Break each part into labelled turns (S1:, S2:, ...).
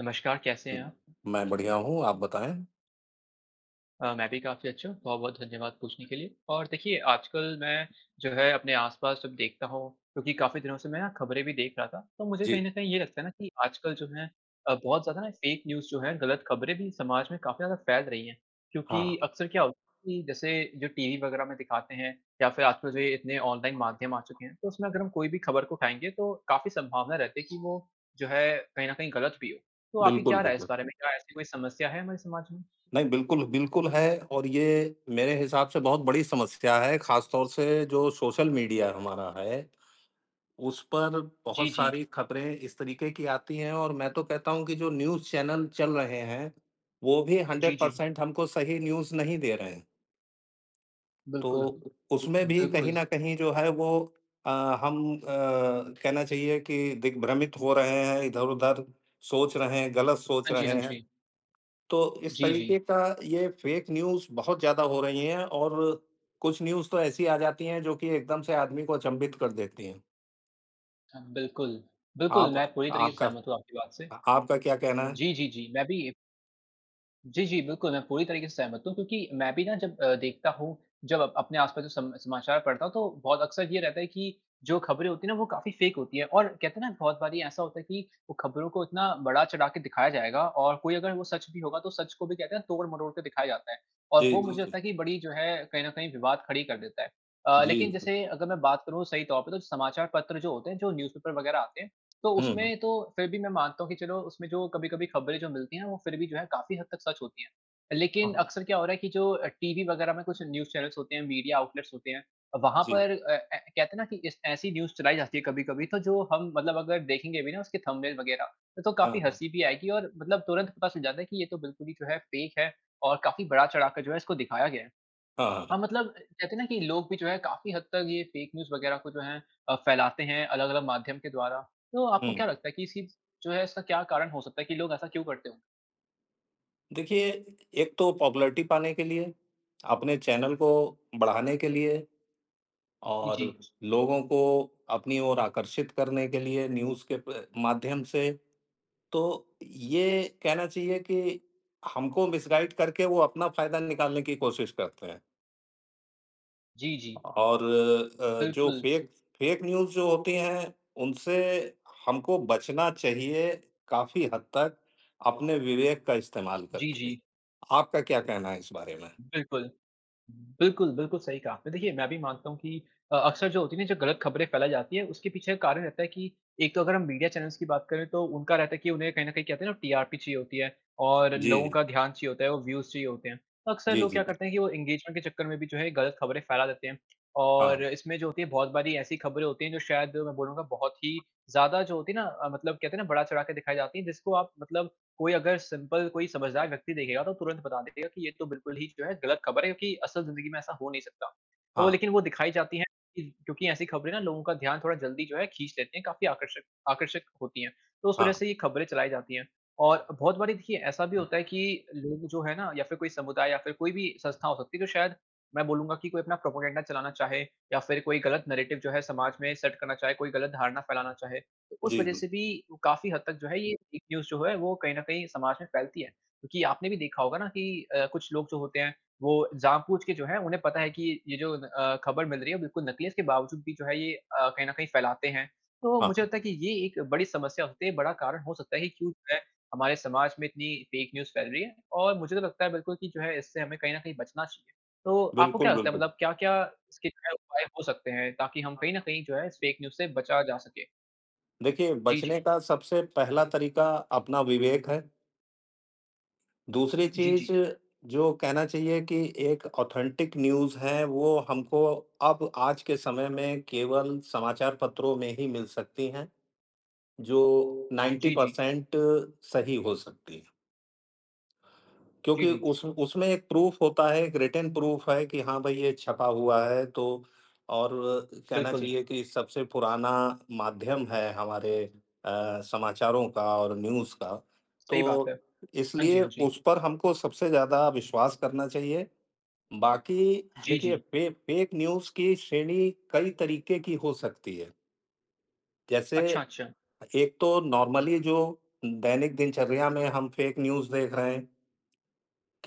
S1: नमस्कार, कैसे हैं आप?
S2: मैं बढ़िया हूँ, आप बताएँ?
S1: मैं भी काफ़ी अच्छा हूँ, बहुत-बहुत धन्यवाद पूछने के लिए। और देखिए, आजकल मैं जो है अपने आस-पास जब देखता हूँ क्योंकि काफ़ी दिनों से मैं ना खबरें भी देख रहा था, तो मुझे कहीं
S2: जी।
S1: न कहीं ये लगता है ना कि आजकल जो है बहुत ज़्यादा ना फेक न्यूज़ जो है, गलत खबरें भी समाज में काफ़ी ज़्यादा फैल रही हैं।
S2: हाँ,
S1: क्योंकि अक्सर क्या होता है कि जैसे जो टीवी वगैरह में दिखाते हैं या फिर आजकल जो ये इतने ऑनलाइन माध्यम आ चुके हैं, तो उसमें अगर हम कोई भी खबर को उठाएँगे तो काफ़ी संभावना रहती है कि वो जो है कहीं न कहीं गलत भी हो। तो आपकी
S2: बिल्कुल,
S1: क्या राय है इस
S2: बिल्कुल।
S1: बारे में? क्या ऐसी कोई समस्या है हमारे समाज में?
S2: नहीं, बिल्कुल, बिल्कुल है और ये मेरे हिसाब से बहुत बड़ी समस्या है, ख़ास तौर से जो सोशल मीडिया हमारा है, उस पर बहुत
S1: जी, जी।
S2: सारी खबरें इस तरीके की आती हैं और मैं तो कहता हूँ कि जो न्यूज़ चैनल चल रहे हैं, वो भी
S1: जी, जी।
S2: 100% हमको सही न्यूज़ नहीं दे रहे हैं। तो
S1: बिल्कुल।
S2: उसमें भी कहीं
S1: बिल्कुल।
S2: न कहीं जो है वो अ, हम कहना चाहिए कि दिग्भ्रमित हो रहे हैं, इधर-उधर सोच रहे हैं, गलत सोच
S1: हाँ जी,
S2: रहे
S1: हाँ
S2: हैं।
S1: जी।
S2: तो इस
S1: जी, जी।
S2: तरीके का ये फेक न्यूज़ बहुत ज़्यादा हो रही हैं और कुछ न्यूज़ तो ऐसी आ जाती हैं जो कि एकदम से आदमी को अचंभित कर देती हैं।
S1: हाँ, बिल्कुल। बिल्कुल,
S2: आप
S1: मैं पूरी तरीके से
S2: आपका
S1: सहमत हूँ आपकी बात से।
S2: आपका क्या कहना है?
S1: जी, जी, जी। मैं भी जी, जी, बिल्कुल, मैं पूरी तरीके से सहमत हूँ क्योंकि मैं भी ना जब देखता हूँ, जब अप अपने आस-पास जो सम समाचार पढ़ता हूँ, तो बहुत अक्सर ये रहता है कि जो खबरें होती हैं ना, वो काफ़ी फ़ेक होती हैं और कहते हैं ना, बहुत बारी ऐसा होता है कि वो खबरों को इतना बढ़ा-चढ़ा के दिखाया जाएगा और कोई अगर वो सच भी होगा, तो सच को भी कहते हैं तोड़-मरोड़ के दिखाया जाता है और
S2: जी,
S1: वो
S2: जी,
S1: मुझे लगता
S2: जी।
S1: है कि बड़ी जो है, कहीं न कहीं विवाद खड़ी कर देता है।
S2: जी,
S1: लेकिन जैसे अगर मैं बात करूँ सही तौर पे, तो समाचार पत्र जो होते हैं, जो न्यूज़पेपर वगैरह आते हैं तो
S2: हुँ।
S1: उसमें तो फिर भी मैं मानता हूँ कि चलो उसमें जो कभी-कभी खबरें जो मिलती हैं वो फिर भी जो है काफ़ी हद तक सच होती हैं। लेकिन
S2: हाँ,
S1: अक्सर क्या हो रहा है कि जो टीवी वगैरह में कुछ न्यूज़ चैनल्स होते हैं, मीडिया आउटलेट्स होते हैं, वहाँ
S2: जी।
S1: पर अ, ए कहते हैं ना कि इस ऐसी न्यूज़ चलाई जाती है कभी-कभी तो जो हम मतलब अगर देखेंगे भी ना उसके थंबनेल वगैरह, तो
S2: हाँ,
S1: काफ़ी
S2: हाँ।
S1: हँसी भी आएगी और मतलब तुरंत पता चल जाता है कि ये तो बिल्कुल ही जो है फ़ेक है और काफ़ी बढ़ा-चढ़ा कर जो है इसको दिखाया गया है।
S2: हाँ, हाँ,
S1: हाँ,
S2: हाँ।
S1: मतलब कहते हैं ना कि लोग भी जो है काफ़ी हद तक ये फेक न्यूज़ वग़ैरह को जो है फैलाते हैं अलग-अलग माध्यम के द्वारा। तो आपको
S2: हुँ।
S1: क्या लगता है कि इसकी जो है इसका क्या कारण हो सकता है कि लोग ऐसा क्यों करते होंगे?
S2: देखिए, एक तो पॉपुलैरिटी पाने के लिए, अपने चैनल को बढ़ाने के लिए
S1: जी,
S2: और
S1: जी।
S2: लोगों को अपनी ओर आकर्षित करने के लिए न्यूज़ के प माध्यम से। तो ये कहना चाहिए कि हमको मिसगाइड करके वो अपना फ़ायदा निकालने की कोशिश करते हैं।
S1: जी, जी।
S2: और जो
S1: बिल्कुल।
S2: फ़ेक फ़ेक न्यूज़ जो होती हैं, उनसे हमको बचना चाहिए काफ़ी हद तक अपने विवेक का इस्तेमाल
S1: जी,
S2: करके।
S1: जी।
S2: आपका क्या कहना है इस बारे में?
S1: बिल्कुल। बिल्कुल, बिल्कुल सही कहा आपने। देखिए, मैं भी मानता हूँ कि अक्सर जो होती है ना, जो गलत खबरें फैलाई जाती हैं, उसके पीछे कारण रहता है कि एक तो अगर हम मीडिया चैनल्स की बात करें, तो उनका रहता है कि उन्हें कहीं न कहीं कहते हैं ना, टीआरपी चाहिए होती है और लोगों
S2: जी,
S1: का ध्यान चाहिए होता है, वो व्यूज़ चाहिए होते हैं। तो अक्सर
S2: जी,
S1: लोग
S2: जी,
S1: क्या
S2: जी।
S1: करते हैं कि वो एंगेजमेंट के चक्कर में भी जो है, गलत खबरें फैला देते हैं और
S2: हाँ,
S1: इसमें जो होती है, बहुत बारी ऐसी खबरें होती हैं, जो शायद मैं बोलूँगा, बहुत ही ज़्यादा जो होती है ना मतलब कहते हैं ना, बढ़ा-चढ़ा के दिखाई जाती हैं, जिसको आप मतलब कोई अगर सिंपल कोई समझदार व्यक्ति देखेगा तो तुरंत बता देगा कि ये तो बिल्कुल ही जो है गलत खबर है क्योंकि असल ज़िंदगी में ऐसा हो नहीं सकता। तो
S2: हाँ,
S1: लेकिन वो दिखाई जाती हैं क्योंकि ऐसी खबरें ना लोगों का ध्यान थोड़ा जल्दी जो है खींच लेती हैं, काफ़ी आकर्षक आकर्षक होती हैं। तो उस वज़ह
S2: हाँ।
S1: से ये खबरें चलाई जाती हैं और बहुत बारी देखिए ऐसा भी होता है कि लोग जो है ना या फिर कोई समुदाय या फिर कोई भी संस्था हो सकती है जो शायद मैं बोलूँगा कि कोई अपना प्रोपेगेंडा चलाना चाहे या फिर कोई गलत नैरेटिव जो है समाज में सेट करना चाहे, कोई गलत धारणा फैलाना चाहे। तो उस
S2: जी,
S1: वजह
S2: जी।
S1: से भी काफ़ी हद तक जो है ये फेक न्यूज़ जो है वो कहीं न कहीं समाज में फैलती है। क्योंकि आपने भी देखा होगा ना कि कुछ लोग जो होते हैं वो जानबूझ के जो है उन्हें पता है कि ये जो खबर मिल रही है बिल्कुल नकली है इसके बावजूद भी जो है ये कहीं न कहीं फैलाते हैं। तो मुझे
S2: हाँ,
S1: लगता है कि ये एक बड़ी समस्या हो सकती है, बड़ा कारण हो सकता है कि क्यों जो है हमारे समाज में इतनी फेक न्यूज़ फैल रही है और मुझे तो लगता है बिल्कुल कि जो है इससे हमें कहीं न कहीं बचना चाहिए। तो आपको क्या
S2: बिल्कुल,
S1: लगता है
S2: बिल्कुल।
S1: मतलब क्या-क्या इसके जो है उपाय हो सकते हैं ताकि हम कहीं न कहीं जो है इस फेक न्यूज़ से बचा जा सके?
S2: देखिए,
S1: जी,
S2: बचने
S1: जी।
S2: का सबसे पहला तरीका अपना विवेक है। दूसरी
S1: जी,
S2: चीज़
S1: जी।
S2: जो कहना चाहिए कि एक ऑथेंटिक न्यूज़ है, वो हमको अब आज के समय में केवल समाचार पत्रों में ही मिल सकती हैं, जो
S1: जी, जी।
S2: 90% सही हो सकती हैं।
S1: जी,
S2: क्योंकि
S1: जी।
S2: उस उसमें एक प्रूफ़ होता है, एक रिटेन प्रूफ़ है कि हाँ भाई ये छपा हुआ है तो और कहना
S1: बिल्कुल,
S2: चाहिए कि सबसे पुराना माध्यम है हमारे समाचारों का और न्यूज़ का।
S1: सही बात है।
S2: तो
S1: हाँ जी,
S2: इसलिए
S1: हाँ जी।
S2: उस पर हमको सबसे ज़्यादा विश्वास करना चाहिए। बाकी
S1: जी,
S2: देखिए
S1: जी।
S2: फ़ेक न्यूज़ की श्रेणी कई तरीके की हो सकती है। जैसे
S1: अच्छा, अच्छा।
S2: एक तो नॉर्मली जो दैनिक दिनचर्या में हम फ़ेक न्यूज़ देख रहे हैं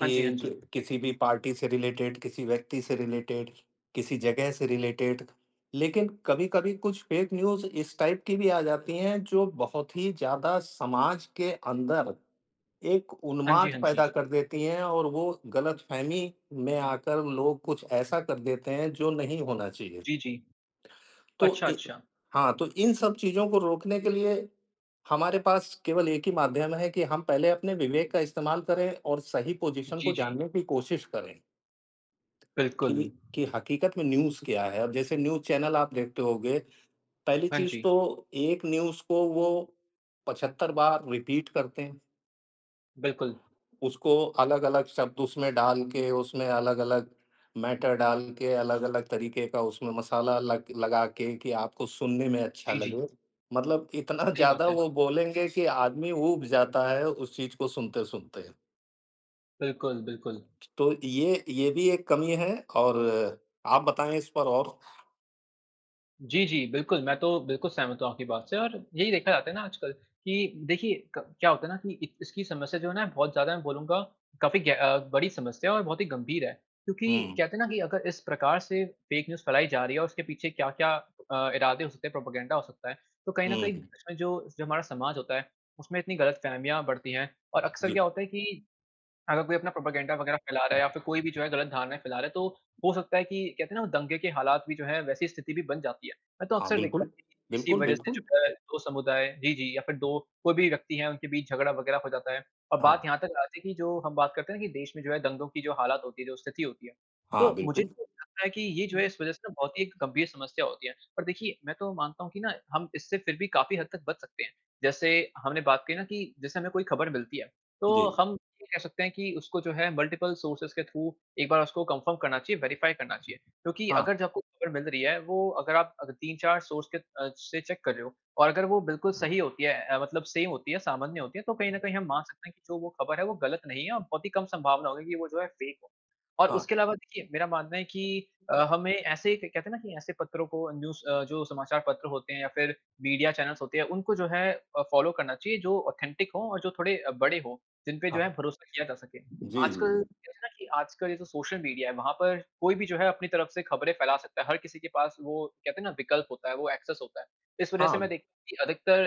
S1: हाँ जी, हाँ
S2: क
S1: जी।
S2: किसी भी पार्टी से रिलेटेड, किसी व्यक्ति से रिलेटेड, किसी जगह से रिलेटेड। लेकिन कभी-कभी कुछ फेक न्यूज़ इस टाइप की भी आ जाती हैं जो बहुत ही ज़्यादा समाज के अंदर एक
S1: हाँ जी,
S2: उन्माद
S1: हाँ जी।
S2: पैदा कर देती हैं और वो गलतफ़हमी में आकर लोग कुछ ऐसा कर देते हैं जो नहीं होना चाहिए।
S1: जी, जी।
S2: तो
S1: अच्छा,
S2: इ
S1: अच्छा।
S2: हाँ, तो इन सब चीज़ों को रोकने के लिए हमारे पास केवल एक ही माध्यम है कि हम पहले अपने विवेक का इस्तेमाल करें और सही पोज़ीशन
S1: जी,
S2: को
S1: जी।
S2: जानने की कोशिश करें
S1: बिल्कुल।
S2: कि हकीकत में न्यूज़ क्या है। अब जैसे न्यूज़ चैनल आप देखते होंगे, पहली
S1: हाँ
S2: चीज़
S1: जी,
S2: तो एक न्यूज़ को वो 75 बार रिपीट करते हैं।
S1: बिल्कुल।
S2: उसको अलग-अलग शब्द उसमें डाल के, उसमें अलग-अलग मैटर डाल के, अलग-अलग तरीके का उसमें मसाला लग लगा के कि आपको सुनने में अच्छा
S1: जी, जी।
S2: लगे। मतलब इतना
S1: सही बात
S2: ज़्यादा
S1: है।
S2: वो बोलेंगे कि आदमी ऊब जाता है उस चीज़ को सुनते-सुनते।
S1: बिल्कुल, बिल्कुल।
S2: तो ये भी एक कमी है और आप बताएँ इस पर और?
S1: जी, जी, बिल्कुल, मैं तो बिल्कुल सहमत हूँ आपकी बात से और यही देखा जाता है ना आजकल कि देखिए क क्या होता है ना कि इ इसकी समस्या जो है ना बहुत ज़्यादा मैं बोलूँगा काफ़ी बड़ी समस्या है और बहुत ही गंभीर है। क्योंकि
S2: हुँ,
S1: कहते हैं ना कि अगर इस प्रकार से फेक न्यूज़ फैलाई जा रही है और उसके पीछे क्या-क्या इरादे हो सकते हैं, प्रोपेगेंडा हो सकता है, तो कहीं न कहीं
S2: हुँ।
S1: इसमें जो जो हमारा समाज होता है, उसमें इतनी गलतफ़हमियाँ बढ़ती हैं और अक्सर
S2: जी।
S1: क्या होता है कि अगर कोई अपना प्रोपेगेंडा वगैरह फैला रहा है या फिर कोई भी जो है गलत धारणाएँ फैला रहा है, तो हो सकता है कि कहते हैं ना वो दंगे के हालात भी जो है वैसी स्थिति भी बन जाती है। मैं तो
S2: हाँ,
S1: अक्सर देखता
S2: बिल्कुल।
S1: हूँ कि इसी
S2: बिल्कुल,
S1: वजह से
S2: बिल्कुल।
S1: जो है 2 समुदाय जी, जी या फिर 2 कोई भी व्यक्ति है उनके बीच झगड़ा वगैरह हो जाता है। और
S2: हाँ,
S1: बात यहाँ तक आती है कि जो हम बात करते हैं ना कि देश में जो है दंगों की जो हालात होती है, जो स्थिति होती है।
S2: हाँ,
S1: तो मुझे
S2: बिल्कुल।
S1: तो लगता है कि ये जो है इस वजह से ना बहुत ही एक गंभीर समस्या होती है। पर देखिए मैं तो मानता हूँ कि ना हम इससे फिर भी काफ़ी हद तक बच सकते हैं। जैसे हमने बात की ना कि जैसे हमें कोई खबर मिलती है,
S2: जी।
S1: तो हम ये कह सकते हैं कि उसको जो है मल्टीपल सोर्सेज़ के थ्रू एक बार उसको कंफर्म करना चाहिए, वेरीफ़ाई करना चाहिए। क्योंकि
S2: हाँ,
S1: अगर जो आपको खबर मिल रही है वो अगर आप अगर 3-4 सोर्स के से चेक कर रहे हो और अगर वो बिल्कुल सही होती है मतलब सेम होती है, सामान्य होती है, तो कहीं न कहीं हम मान सकते हैं कि जो वो खबर है वो गलत नहीं है और बहुत ही कम संभावना होगी कि वो जो है फेक हो। और
S2: हाँ,
S1: उसके अलावा देखिए मेरा मानना है कि हमें ऐसे क कहते हैं ना कि ऐसे पत्रों को न्यूज़ जो समाचार पत्र होते हैं या फिर मीडिया चैनल्स होते हैं उनको जो है फ़ॉलो करना चाहिए जो ऑथेंटिक हों और जो थोड़े बड़े हों। जिन पे जो है
S2: हाँ।
S1: भरोसा किया जा सके।
S2: जी, जी,
S1: आजकल
S2: जी।
S1: कहते हैं ना कि आजकल ये जो सोशल मीडिया है वहाँ पर कोई भी जो है अपनी तरफ से खबरें फैला सकता है। हर किसी के पास वो कहते हैं ना विकल्प होता है, वो एक्सेस होता है। इस वज़ह से मैं
S2: हाँ,
S1: देखता हूँ कि अधिकतर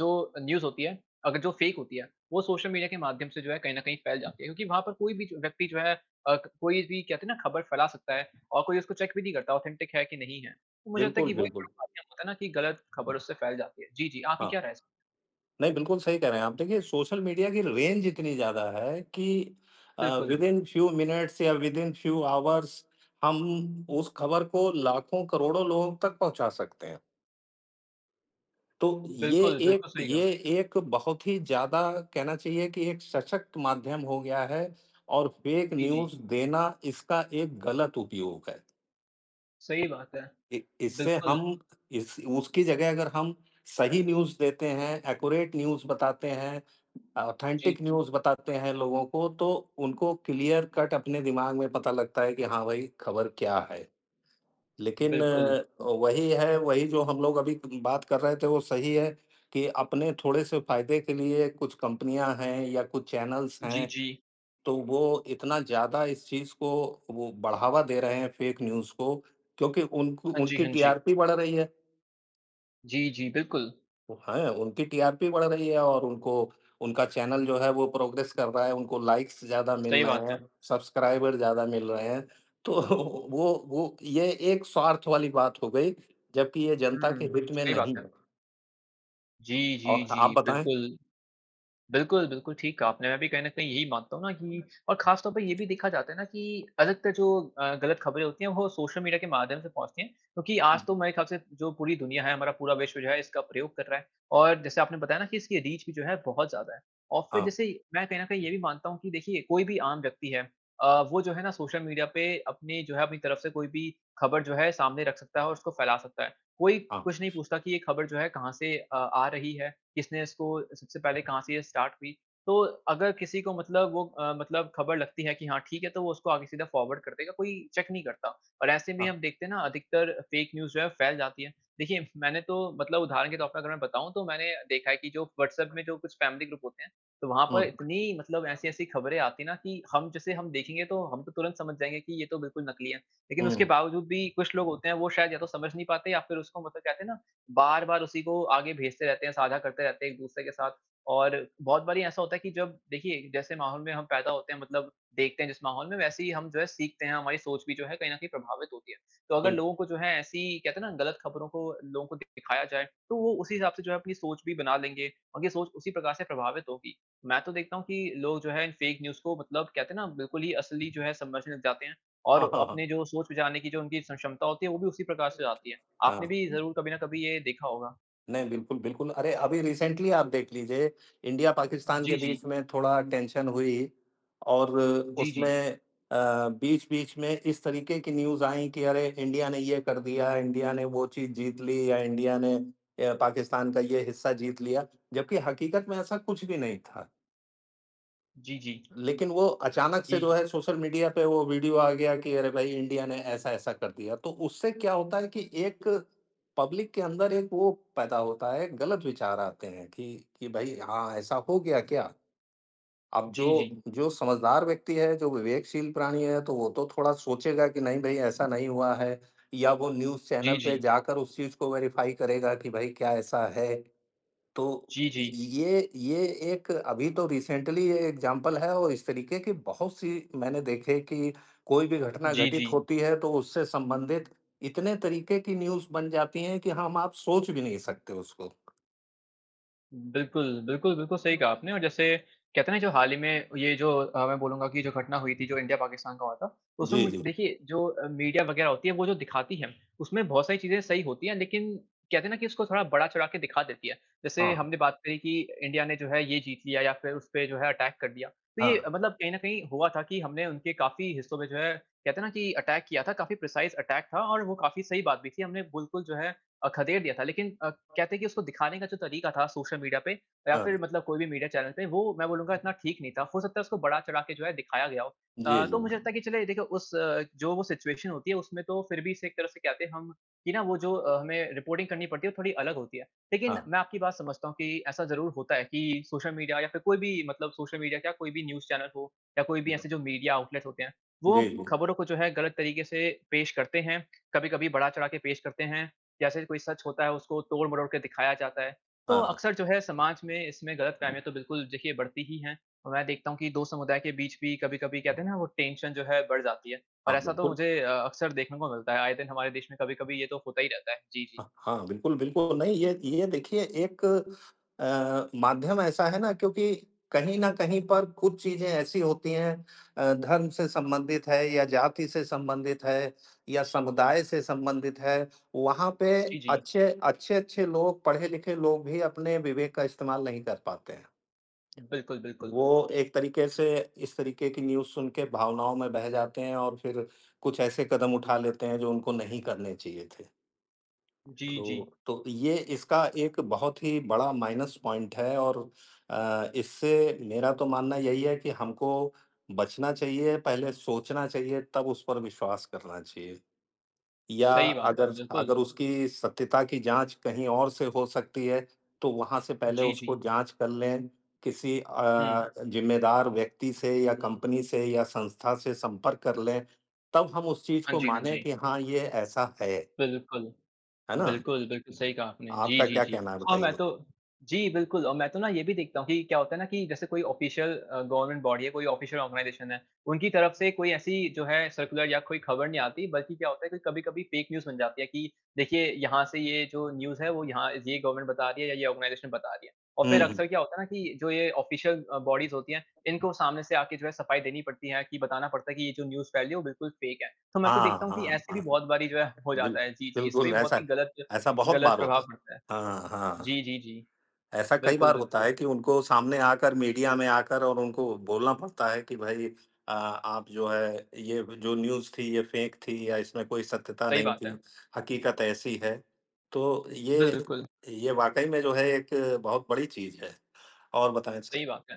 S1: जो न्यूज़ होती है, अगर जो फेक होती है, वो सोशल मीडिया के माध्यम से जो है कहीं न कहीं फैल जाती है क्योंकि वहाँ पर कोई भी जो व्यक्ति जो है अ, कोई भी कहते हैं ना खबर फैला सकता है और कोई उसको चेक भी नहीं करता ऑथेंटिक है कि नहीं है। तो मुझे लगता है कि
S2: बिल्कुल,
S1: वही
S2: बिल्कुल।
S1: बड़ा माध्यम होता है ना कि गलत खबर उससे फैल जाती है। जी, जी, आपकी क्या
S2: हाँ।
S1: राय है इस
S2: नहीं, बिल्कुल सही कह रहे हैं आप। देखिए, सोशल मीडिया की रेंज इतनी ज़्यादा है कि
S1: बिल्कुल।
S2: विदिन फ्यू मिनट्स या विदिन फ्यू आवर्स हम उस खबर को लाखों, करोड़ों लोगों तक पहुँचा सकते हैं। तो ये
S1: बिल्कुल, बिल्कुल
S2: एक
S1: सही कहा।
S2: ये एक बहुत ही ज़्यादा कहना चाहिए कि एक सशक्त माध्यम हो गया है और फ़ेक
S1: जी, जी।
S2: न्यूज़ देना इसका एक गलत उपयोग है।
S1: सही बात है।
S2: इ इससे
S1: बिल्कुल,
S2: हम इस उसकी जगह अगर हम सही न्यूज़ देते हैं, एक्यूरेट न्यूज़ बताते हैं,
S1: जी,
S2: ऑथेंटिक न्यूज़ बताते हैं लोगों को, तो उनको क्लियर कट अपने दिमाग में पता लगता है कि हाँ भाई, खबर क्या है। लेकिन
S1: बिल्कुल।
S2: वही है, वही जो हम लोग अभी बात कर रहे थे, वो सही है कि अपने थोड़े से फ़ायदे के लिए कुछ कंपनियाँ हैं या कुछ चैनल्स
S1: जी,
S2: हैं
S1: जी।
S2: तो वो इतना ज़्यादा इस चीज़ को वो बढ़ावा दे रहे हैं फेक न्यूज़ को क्योंकि उनको
S1: हाँ जी,
S2: उनकी
S1: हाँ जी।
S2: टीआरपी बढ़ रही है।
S1: जी, जी, बिल्कुल,
S2: हैं, उनकी टीआरपी बढ़ रही है और उनको उनका चैनल जो है वो प्रोग्रेस कर रहा है, उनको लाइक्स ज़्यादा
S1: सही
S2: मिल रहे
S1: बात
S2: हैं,
S1: है।
S2: सब्सक्राइबर ज़्यादा मिल रहे हैं। तो वो ये एक स्वार्थ वाली बात हो गई, जबकि ये जनता के
S1: हुँ,
S2: हित में
S1: सही बात
S2: नहीं
S1: है।
S2: है।
S1: जी, जी,
S2: और
S1: जी,
S2: आप बताएँ?
S1: बिल्कुल। बिल्कुल, बिल्कुल ठीक कहा आपने। मैं भी कहीं न कहीं यही मानता हूँ ना कि और ख़ास तौर पे ये भी देखा जाता है ना कि अधिकतर जो गलत ख़बरें होती हैं वो सोशल मीडिया के माध्यम से पहुँचती हैं। क्योंकि
S2: हुँ,
S1: आज तो मेरे ख़्याल से जो पूरी दुनिया है, हमारा पूरा विश्व जो है इसका प्रयोग कर रहा है और जैसे आपने बताया ना कि इसकी रीच भी जो है बहुत ज़्यादा है। और फिर
S2: हाँ,
S1: जैसे मैं कहीं न कहीं ये भी मानता हूँ कि देखिए कोई भी आम व्यक्ति है वो जो है ना सोशल मीडिया पे अपनी जो है अपनी तरफ से कोई भी ख़बर जो है सामने रख सकता है और उसको फैला सकता है। कोई
S2: हाँ,
S1: कुछ नहीं पूछता कि ये ख़बर जो है कहाँ से आ रही है किसने इसको सबसे पहले कहाँ से ये स्टार्ट हुई। तो अगर किसी को मतलब वो मतलब खबर लगती है कि हाँ, ठीक है, तो वो उसको आगे सीधा फॉरवर्ड कर देगा, कोई चेक नहीं करता। और ऐसे में
S2: हाँ।
S1: हम देखते हैं ना अधिकतर फेक न्यूज़ जो है फैल जाती है। देखिए, मैंने तो मतलब उदाहरण के तौर पे अगर मैं बताऊँ तो मैंने देखा है कि जो व्हाट्सएप में जो कुछ फैमिली ग्रुप होते हैं, तो वहाँ पर
S2: हुँ,
S1: इतनी मतलब ऐसी-ऐसी खबरें आती हैं ना कि हम जैसे हम देखेंगे तो हम तो तुरंत समझ जाएँगे कि ये तो बिल्कुल नकली है। लेकिन उसके
S2: हुँ,
S1: बावजूद भी कुछ लोग होते हैं वो शायद या तो समझ नहीं पाते या फिर उसको मतलब कहते हैं ना बार-बार उसी को आगे भेजते रहते हैं, साझा करते रहते हैं एक-दूसरे के साथ और बहुत बारी ऐसा होता है कि जब देखिए, जैसे माहौल में हम पैदा होते हैं मतलब देखते हैं जिस माहौल में, वैसे ही हम जो है सीखते हैं, हमारी सोच भी जो है कहीं न कहीं प्रभावित होती है। तो अगर
S2: बिल्क
S1: लोगों को जो है ऐसी कहते हैं ना गलत खबरों को लोगों को दिखाया जाए, तो वो उसी हिसाब से जो है अपनी सोच भी बना लेंगे, उनकी सोच उसी प्रकार से प्रभावित होगी। मैं तो देखता हूँ कि लोग जो है इन फेक न्यूज़ को मतलब कहते हैं ना बिल्कुल ही असली जो है समझने लग जाते हैं और
S2: हाँ, हाँ, हाँ।
S1: अपने जो सोच-विचारने की जो उनकी स क्षमता होती है, वो भी उसी प्रकार से आती है। आपने
S2: हाँ।
S1: भी ज़रूर कभी ना कभी ये देखा होगा।
S2: नहीं, बिल्कुल, बिल्कुल। अरे, अभी रिसेंटली आप देख लीजिए, इंडिया-पाकिस्तान
S1: जी,
S2: के
S1: जी।
S2: बीच में थोड़ा टेंशन हुई और
S1: जी, जी।
S2: उसमें अ, बीच-बीच में इस तरीके की न्यूज़ आई कि अरे, इंडिया ने ये कर दिया, इंडिया ने वो चीज़ जीत ली या इंडिया ने पाकिस्तान का ये हिस्सा जीत लिया, जबकि हकीकत में ऐसा कुछ भी नहीं था।
S1: जी, जी।
S2: लेकिन वो अचानक से
S1: जी,
S2: जो है सोशल मीडिया पे वो वीडियो आ गया कि अरे भाई इंडिया ने ऐसा-ऐसा कर दिया। तो उससे क्या होता है कि एक पब्लिक के अंदर एक वो पैदा होता है, गलत विचार आते हैं कि भाई हाँ, ऐसा हो गया क्या? अब जो
S1: जी, जी।
S2: जो समझदार व्यक्ति है, जो विवेकशील प्राणी है, तो वो तो थोड़ा सोचेगा कि नहीं भई ऐसा नहीं हुआ है या वो न्यूज़
S1: जी,
S2: चैनल पे
S1: जी।
S2: जाकर उस चीज़ को वेरिफ़ाई करेगा कि भाई क्या ऐसा है? तो
S1: जी, जी।
S2: ये एक अभी तो रिसेंटली ये एग्ज़ाम्पल है और इस तरीके की बहुत सी मैंने देखे कि कोई भी घटना
S1: जी, जी।
S2: घटित होती है तो उससे संबंधित इतने तरीके की न्यूज़ बन जाती हैं कि हम आप सोच भी नहीं सकते उसको।
S1: बिल्कुल, बिल्कुल, बिल्कुल सही कहा आपने और जैसे कहते हैं ना जो हाल ही में ये जो मैं बोलूँगा कि जो घटना हुई थी जो इंडिया-पाकिस्तान का हुआ था, तो उसमें
S2: जी,
S1: मुझ
S2: जी।
S1: देखिए जो मीडिया वग़ैरह होती है वो जो दिखाती है, उसमें बहुत सारी चीज़ें सही होती हैं लेकिन कहते हैं ना कि उसको थोड़ा बड़ा-चढ़ा के दिखा देती है। जैसे
S2: हाँ,
S1: हमने बात करी कि इंडिया ने जो है ये जीत लिया या फिर उसपे जो है अटैक कर दिया। तो ये
S2: हाँ,
S1: मतलब कहीं न कहीं हुआ था कि हमने उनके काफ़ी हिस्सों में जो है कहते हैं ना कि अटैक किया था, काफ़ी प्रिसाइज़ अटैक था और वो काफ़ी सही बात भी थी। हमने बिल्कुल जो है खदेड़ दिया था। लेकिन कहते हैं कि उसको दिखाने का जो तरीका था सोशल मीडिया पे या फिर
S2: हाँ।
S1: मतलब कोई भी मीडिया चैनल पे, वो मैं बोलूँगा इतना ठीक नहीं था। हो सकता है उसको बढ़ा-चढ़ा के जो है दिखाया गया हो।
S2: जी, जी।
S1: तो मुझे लगता है कि चलिए देखिए उस जो वो सिचुएशन होती है उसमें तो फिर भी इसे एक तरह से कहते हैं हम कि ना वो जो हमें रिपोर्टिंग करनी पड़ती है वो थोड़ी अलग होती है। लेकिन
S2: हाँ।
S1: मैं आपकी बात समझता हूँ कि ऐसा ज़रूर होता है कि सोशल मीडिया या फिर कोई भी मतलब सोशल मीडिया क्या कोई भी न्यूज़ चैनल हो या कोई भी ऐसे जो मीडिया आउटलेट होते हैं, वो
S2: जी, जी।
S1: खबरों को जो है गलत तरीके से पेश करते हैं। कभी-कभी बढ़ा-चढ़ा के पेश करते हैं जैसे कोई सच होता है उसको तोड़-मरोड़ के दिखाया जाता है। तो
S2: हाँ,
S1: अक्सर जो है समाज में इसमें गलतफ़हमियाँ तो बिल्कुल देखिए बढ़ती ही हैं। और मैं देखता हूँ कि दो समुदाय के बीच भी कभी-कभी कहते हैं ना वो टेंशन जो है बढ़ जाती है। और
S2: हाँ,
S1: ऐसा तो
S2: बिल्कुल।
S1: मुझे अक्सर देखने को मिलता है। आए दिन हमारे देश में कभी-कभी ये तो होता ही रहता है। जी, जी।
S2: हाँ, बिल्कुल, बिल्कुल। नहीं, ये देखिए एक माध्यम ऐसा है ना क्योंकि कहीं न कहीं पर कुछ चीज़ें ऐसी होती हैं धर्म से संबंधित है या जाति से संबंधित है या समुदाय से संबंधित है, वहाँ पे
S1: जी, जी।
S2: अच्छे-अच्छे लोग, पढ़े-लिखे लोग भी अपने विवेक का इस्तेमाल नहीं कर पाते हैं।
S1: बिल्कुल, बिल्कुल।
S2: वो एक तरीके से इस तरीके की न्यूज़ सुन के भावनाओं में बह जाते हैं और फिर कुछ ऐसे कदम उठा लेते हैं जो उनको नहीं करने चाहिए थे।
S1: जी, जी।
S2: तो ये इसका एक बहुत ही बड़ा माइनस पॉइंट है और इससे मेरा तो मानना यही है कि हमको बचना चाहिए, पहले सोचना चाहिए, तब उस पर विश्वास करना चाहिए। या
S1: सही बात है,
S2: अगर
S1: बिल्कुल।
S2: अगर उसकी सत्यता की जाँच कहीं और से हो सकती है, तो वहाँ से पहले
S1: जी, जी।
S2: उसको जाँच कर लें, किसी
S1: हुँ।
S2: ज़िम्मेदार व्यक्ति से या कंपनी से या संस्था से संपर्क कर लें, तब हम उस चीज़
S1: हाँ
S2: को
S1: जी, हाँ
S2: मानें
S1: जी।
S2: कि हाँ, ये ऐसा है।
S1: बिल्कुल।
S2: है ना?
S1: बिल्कुल, बिल्कुल सही कहा आपने। जी,
S2: आपका
S1: जी,
S2: क्या
S1: जी।
S2: कहना है
S1: और मैं
S2: बताइए?
S1: तो जी, बिल्कुल और मैं तो ना ये भी देखता हूँ कि क्या होता है ना कि जैसे कोई ऑफ़िशियल गवर्नमेंट बॉडी है, कोई ऑफ़िशियल ऑर्गनाइज़ेशन है, उनकी तरफ से कोई ऐसी जो है सर्कुलर या कोई खबर नहीं आती, बल्कि क्या होता है कि कभी-कभी फ़ेक न्यूज़ बन जाती है कि देखिए यहाँ से ये जो न्यूज़ है वो यहाँ ये गवर्नमेंट बता रही है या ये ऑर्गनाइज़ेशन बता रही है। और
S2: हुँ,
S1: फिर
S2: हुँ।
S1: अक्सर क्या होता है ना कि जो ये ऑफ़िशियल बॉडीज़ होती हैं, इनको सामने से आके जो है सफाई देनी पड़ती है कि बताना पड़ता है कि ये जो न्यूज़ फैली है वो बिल्कुल फ़ेक है। तो मैं तो
S2: हाँ,
S1: देखता हूँ कि
S2: हाँ,
S1: ऐसे भी
S2: हाँ।
S1: बहुत बारी जो है हो
S2: बिल
S1: जाता है। जी, जी, इससे
S2: बिल्कुल
S1: भी बहुत
S2: ऐसा
S1: ही गलत
S2: ऐसा बहुत
S1: गलत
S2: बार होता
S1: प्रभाव
S2: है।
S1: पड़ता है।
S2: हाँ, हाँ।
S1: जी, जी, जी।
S2: ऐसा कई
S1: बिल्कुल,
S2: बार होता
S1: बिल्कुल।
S2: है कि उनको सामने आकर मीडिया में आकर और उनको बोलना पड़ता है कि भई आप जो है ये जो न्यूज़ थी ये फेक थी या इसमें कोई सत्यता
S1: सही
S2: नहीं
S1: बात
S2: थी,
S1: है।
S2: हकीकत ऐसी है। तो ये
S1: बिल्कुल,
S2: ये वाक़ई में जो है एक बहुत बड़ी चीज़ है। और बताएँ सर?
S1: सही बात है।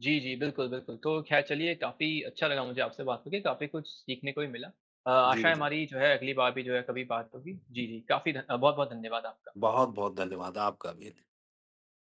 S1: जी, जी, बिल्कुल, बिल्कुल। तो ख़ैर चलिए काफ़ी अच्छा लगा मुझे आपसे बात करके, काफ़ी कुछ सीखने को भी मिला।
S2: जी,
S1: आशा है
S2: जी।
S1: हमारी जो है अगली बार भी जो है कभी बात होगी। जी, जी, काफ़ी बहुत-बहुत धन्यवाद आपका।
S2: बहुत-बहुत धन्यवाद आपका भी।